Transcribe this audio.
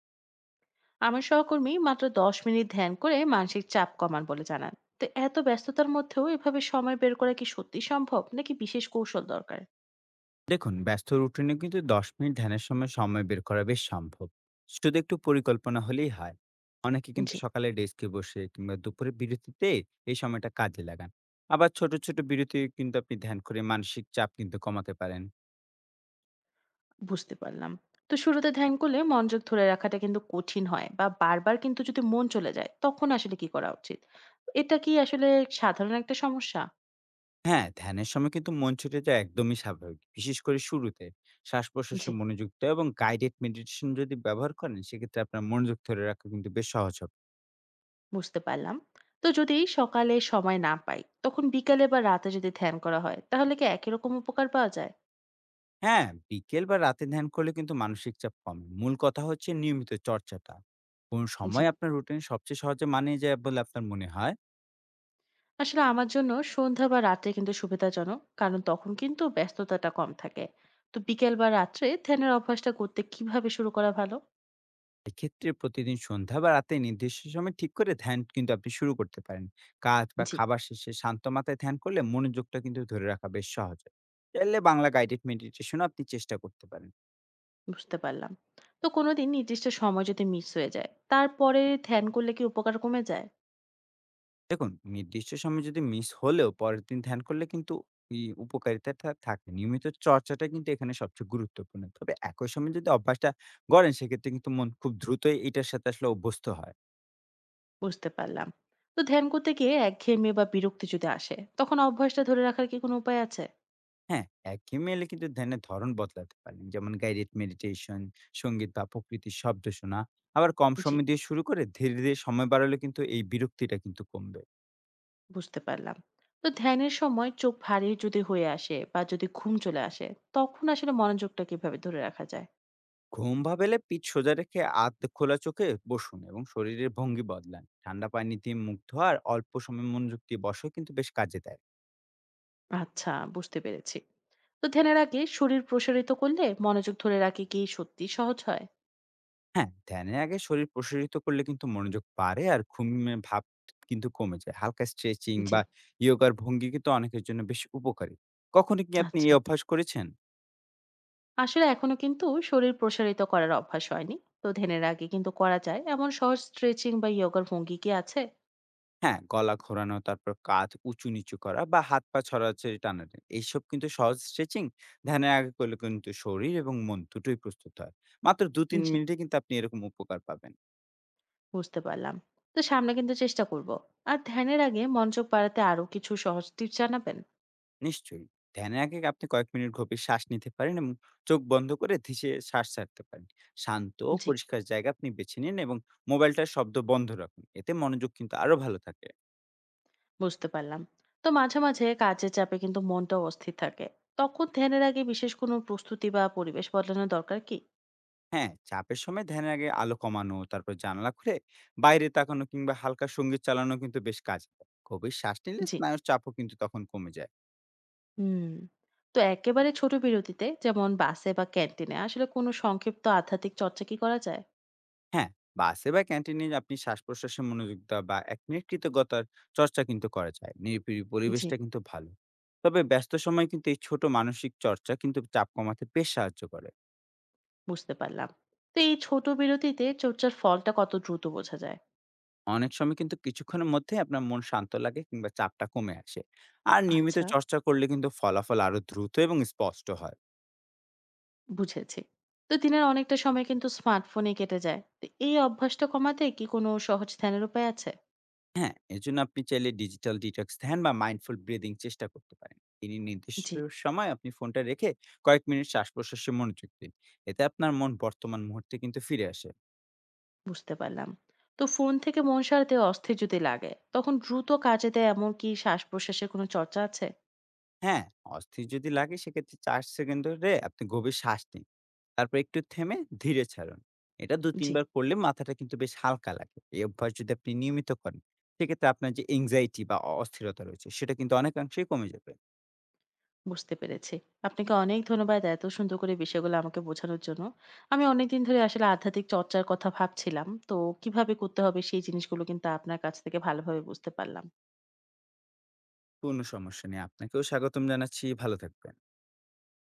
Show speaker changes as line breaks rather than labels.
আমার সহকর্মী মাত্র 10 মিনিট ধ্যান করে মানসিক চাপ কমান বলে জানান। তো এত ব্যস্ততার মধ্যেও এভাবে সময় বের করা কি সত্যি সম্ভব, নাকি বিশেষ কৌশল দরকার?
দেখুন ব্যস্ত রুটিনে কিন্তু ১০ মিনিট ধ্যানের সময় সময় বের করা বেশ সম্ভব। শুধু একটু পরিকল্পনা হলেই হয়। অনেকে কিন্তু
জি,
সকালে ডেস্কে বসে কিংবা দুপুরে বিরতিতে এই সময়টা কাজে লাগান। আবার ছোট ছোট বিরতি কিন্তু আপনি ধ্যান করে মানসিক চাপ কিন্তু কমাতে পারেন।
বুঝতে পারলাম। তো শুরুতে ধ্যান করলে মনোযোগ ধরে রাখাটা কিন্তু কঠিন হয়, বা বারবার কিন্তু যদি মন চলে যায়, তখন আসলে কি করা উচিত? এটা কি আসলে সাধারণ একটা সমস্যা?
হ্যাঁ, ধ্যানের সময় কিন্তু মন ছুটে যায় একদমই স্বাভাবিক, বিশেষ করে শুরুতে। শ্বাস প্রশ্বাসে
জি,
মনোযুক্ত এবং গাইডেড মেডিটেশন যদি ব্যবহার করেন, সেক্ষেত্রে আপনার মনোযোগ ধরে রাখা কিন্তু বেশ সহজ।
বুঝতে পারলাম। তো যদি সকালে সময় না পাই, তখন বিকালে বা রাতে যদি ধ্যান করা হয়, তাহলে কি একই রকম উপকার পাওয়া যায়?
হ্যাঁ, বিকেল বা রাতে ধ্যান করলে কিন্তু মানসিক চাপ কমে। মূল কথা হচ্ছে নিয়মিত চর্চাটা। কোন
জি,
সময় আপনার রুটিন সবচেয়ে সহজে মানিয়ে যায় বলে আপনার মনে হয়?
আসলে আমার জন্য সন্ধ্যা বা রাত্রে কিন্তু সুবিধাজনক, কারণ তখন কিন্তু ব্যস্ততাটা কম থাকে। তো বিকেল বা রাত্রে ধ্যানের অভ্যাসটা করতে কিভাবে শুরু করা ভালো?
এক্ষেত্রে প্রতিদিন সন্ধ্যা বা রাতে নির্দিষ্ট সময় ঠিক করে ধ্যান কিন্তু আপনি শুরু করতে পারেন। কাজ বা
জি,
খাবার শেষে শান্ত মাথায় ধ্যান করলে মনোযোগটা কিন্তু ধরে রাখা বেশ সহজ হয়। চাইলে বাংলা গাইডেড মেডিটেশনও আপনি চেষ্টা করতে পারেন।
বুঝতে পারলাম। তো কোনোদিন নির্দিষ্ট সময় যদি মিস হয়ে যায়, তারপরে ধ্যান করলে কি উপকার কমে যায়?
দেখুন, নির্দিষ্ট সময় যদি মিস হলেও পরের দিন ধ্যান করলে কিন্তু ই উপকারিতাটা থাকে। নিয়মিত চর্চাটা কিন্তু এখানে সবচেয়ে গুরুত্বপূর্ণ। তবে একই সময় যদি অভ্যাসটা গড়েন, সেক্ষেত্রে কিন্তু মন খুব দ্রুতই এটার সাথে আসলে অভ্যস্ত হয়।
বুঝতে পারলাম। তো ধ্যান করতে গিয়ে একঘেয়েমি বা বিরক্তি যদি আসে, তখন অভ্যাসটা ধরে রাখার কি কোনো উপায় আছে?
হ্যাঁ, একঘেয়েমি এলে কিন্তু ধ্যানের ধরন বদলাতে পারেন। যেমন guided meditation, সঙ্গীত বা প্রকৃতির শব্দ শোনা। আবার কম
জি,
সময় দিয়ে শুরু করে ধীরে, ধীরে সময় বাড়ালে কিন্তু এই বিরক্তিটা কিন্তু কমবে।
বুঝতে পারলাম। তো ধ্যানের সময় চোখ ভারী যদি হয়ে আসে বা যদি ঘুম চলে আসে, তখন আসলে মনোযোগটা কিভাবে ধরে রাখা যায়?
ঘুম ভাবেলে পিঠ সোজা রেখে আধ খোলা চোখে বসুন এবং শরীরের ভঙ্গি বদলান। ঠান্ডা পানি দিয়ে মুখ ধোয়া আর অল্প সময় মনোযোগ দিয়ে বসাও কিন্তু বেশ কাজে দেয়।
আচ্ছা, বুঝতে পেরেছি। তো ধ্যানের আগে শরীর প্রসারিত করলে মনোযোগ ধরে রাখে কি সত্যি সহজ হয়?
হ্যাঁ, ধ্যানের আগে শরীর প্রসারিত করলে কিন্তু মনোযোগ বাড়ে আর ঘুমের ভাব কিন্তু কমে যায়। হালকা স্ট্রেচিং
জি,
বা ইয়োগার ভঙ্গি কিন্তু অনেকের জন্য বেশ উপকারী। কখনো কি আপনি
আচ্ছা,
এই অভ্যাস করেছেন?
আসলে এখনো কিন্তু শরীর প্রসারিত করার অভ্যাস হয়নি। তো ধ্যানের আগে কিন্তু করা যায় এমন সহজ স্ট্রেচিং বা যোগার ভঙ্গি কি আছে?
হ্যাঁ, গলা ঘোরানো, তারপর কাঁধ উঁচু-নিচু করা বা হাত পা ছড়াছড়ি টানাটানি। এইসব কিন্তু সহজ স্ট্রেচিং ধ্যানের আগে করলে কিন্তু শরীর এবং মন দুটোই প্রস্তুত হয়। মাত্র ২-৩
জি,
মিনিটে কিন্তু আপনি এরকম উপকার পাবেন।
বুঝতে পারলাম। তো সামনে কিন্তু চেষ্টা করব। আর ধ্যানের আগে মনোযোগ বাড়াতে আরো কিছু সহজ টিপস জানাবেন।
নিশ্চয়ই। ধ্যানের আগে আপনি কয়েক মিনিট গভীর শ্বাস নিতে পারেন এবং চোখ বন্ধ করে ধীরে শ্বাস ছাড়তে পারেন। শান্ত ও
জি,
পরিষ্কার জায়গা আপনি বেছে নিন এবং মোবাইলটার শব্দ বন্ধ রাখুন। এতে মনোযোগ কিন্তু আরো ভালো থাকে।
বুঝতে পারলাম। তো মাঝে মাঝে কাজের চাপে কিন্তু মনটা অস্থির থাকে, তখন ধ্যানের আগে বিশেষ কোনো প্রস্তুতি বা পরিবেশ বদলানোর দরকার কি?
হ্যাঁ, চাপের সময় ধ্যানের আগে আলো কমানো, তারপর জানালা খুলে বাইরে তাকানো কিংবা হালকা সঙ্গীত চালানো কিন্তু বেশ কাজ দেয়। গভীর শ্বাস নিলে
জি,
স্নায়ুর চাপও কিন্তু তখন কমে যায়।
হুম। তো একেবারে ছোট বিরতিতে, যেমন বাসে বা ক্যান্টিনে, আসলে কোনো সংক্ষিপ্ত আধ্যাত্মিক চর্চা কি করা যায়?
হ্যাঁ, বাসে বা ক্যান্টিনে আপনি শ্বাস-প্রশ্বাসে মনোযোগ দেওয়া বা ১ মিনিট কৃতজ্ঞতার চর্চা কিন্তু করা যায়। নিরিবিলি
জি,
পরিবেশটা কিন্তু ভালো। তবে ব্যস্ত সময় কিন্তু এই ছোট মানসিক চর্চা কিন্তু চাপ কমাতে বেশ সাহায্য করে।
বুঝতে পারলাম। তো এই ছোট বিরতিতে চর্চার ফলটা কত দ্রুত বোঝা যায়?
অনেক সময় কিন্তু কিছুক্ষণের মধ্যেই আপনার মন শান্ত লাগে কিংবা চাপটা কমে আসে। আর নিয়মিত
আচ্ছা,
চর্চা করলে কিন্তু ফলাফল আরো দ্রুত এবং স্পষ্ট হয়।
বুঝেছি। তো দিনের অনেকটা সময় কিন্তু স্মার্টফোনে কেটে যায়। তো এই অভ্যাসটা কমাতে কি কোনো সহজ ধ্যানের উপায় আছে?
হ্যাঁ, এজন্য আপনি চাইলে ডিজিটাল ডিটক্স ধ্যান বা মাইন্ডফুল ব্রিদিং চেষ্টা করতে পারেন। তিনি নির্দিষ্ট
জি,
সময় আপনি ফোনটা রেখে কয়েক মিনিট শ্বাস-প্রশ্বাসে মনোযোগ দিন। এতে আপনার মন বর্তমান মুহূর্তে কিন্তু ফিরে আসে।
বুঝতে পারলাম। তো ফোন থেকে মন সারাতে অস্থির যদি লাগে, তখন দ্রুত কাজে দেয় এমন কি শ্বাস-প্রশ্বাসের কোনো চর্চা আছে?
হ্যাঁ, অস্থির যদি লাগে সেক্ষেত্রে ৪ সেকেন্ড ধরে আপনি গভীর শ্বাস নিন। তারপর একটু থেমে ধীরে ছাড়ুন। এটা ২-৩
জি।
বার করলে মাথাটা কিন্তু বেশ হালকা লাগে। এই অভ্যাস যদি আপনি নিয়মিত করেন সেক্ষেত্রে আপনার যে এংজাইটি বা অস্থিরতা রয়েছে সেটা কিন্তু অনেকাংশেই কমে যাবে।
বুঝতে পেরেছি। আপনাকে অনেক ধন্যবাদ এত সুন্দর করে বিষয়গুলো আমাকে বোঝানোর জন্য। আমি অনেকদিন ধরে আসলে আধ্যাত্মিক চর্চার কথা ভাবছিলাম। তো কিভাবে করতে হবে সেই জিনিসগুলো কিন্তু আপনার কাছ থেকে ভালোভাবে বুঝতে পারলাম।
কোনো সমস্যা নেই। আপনাকেও স্বাগতম জানাচ্ছি। ভালো থাকবেন।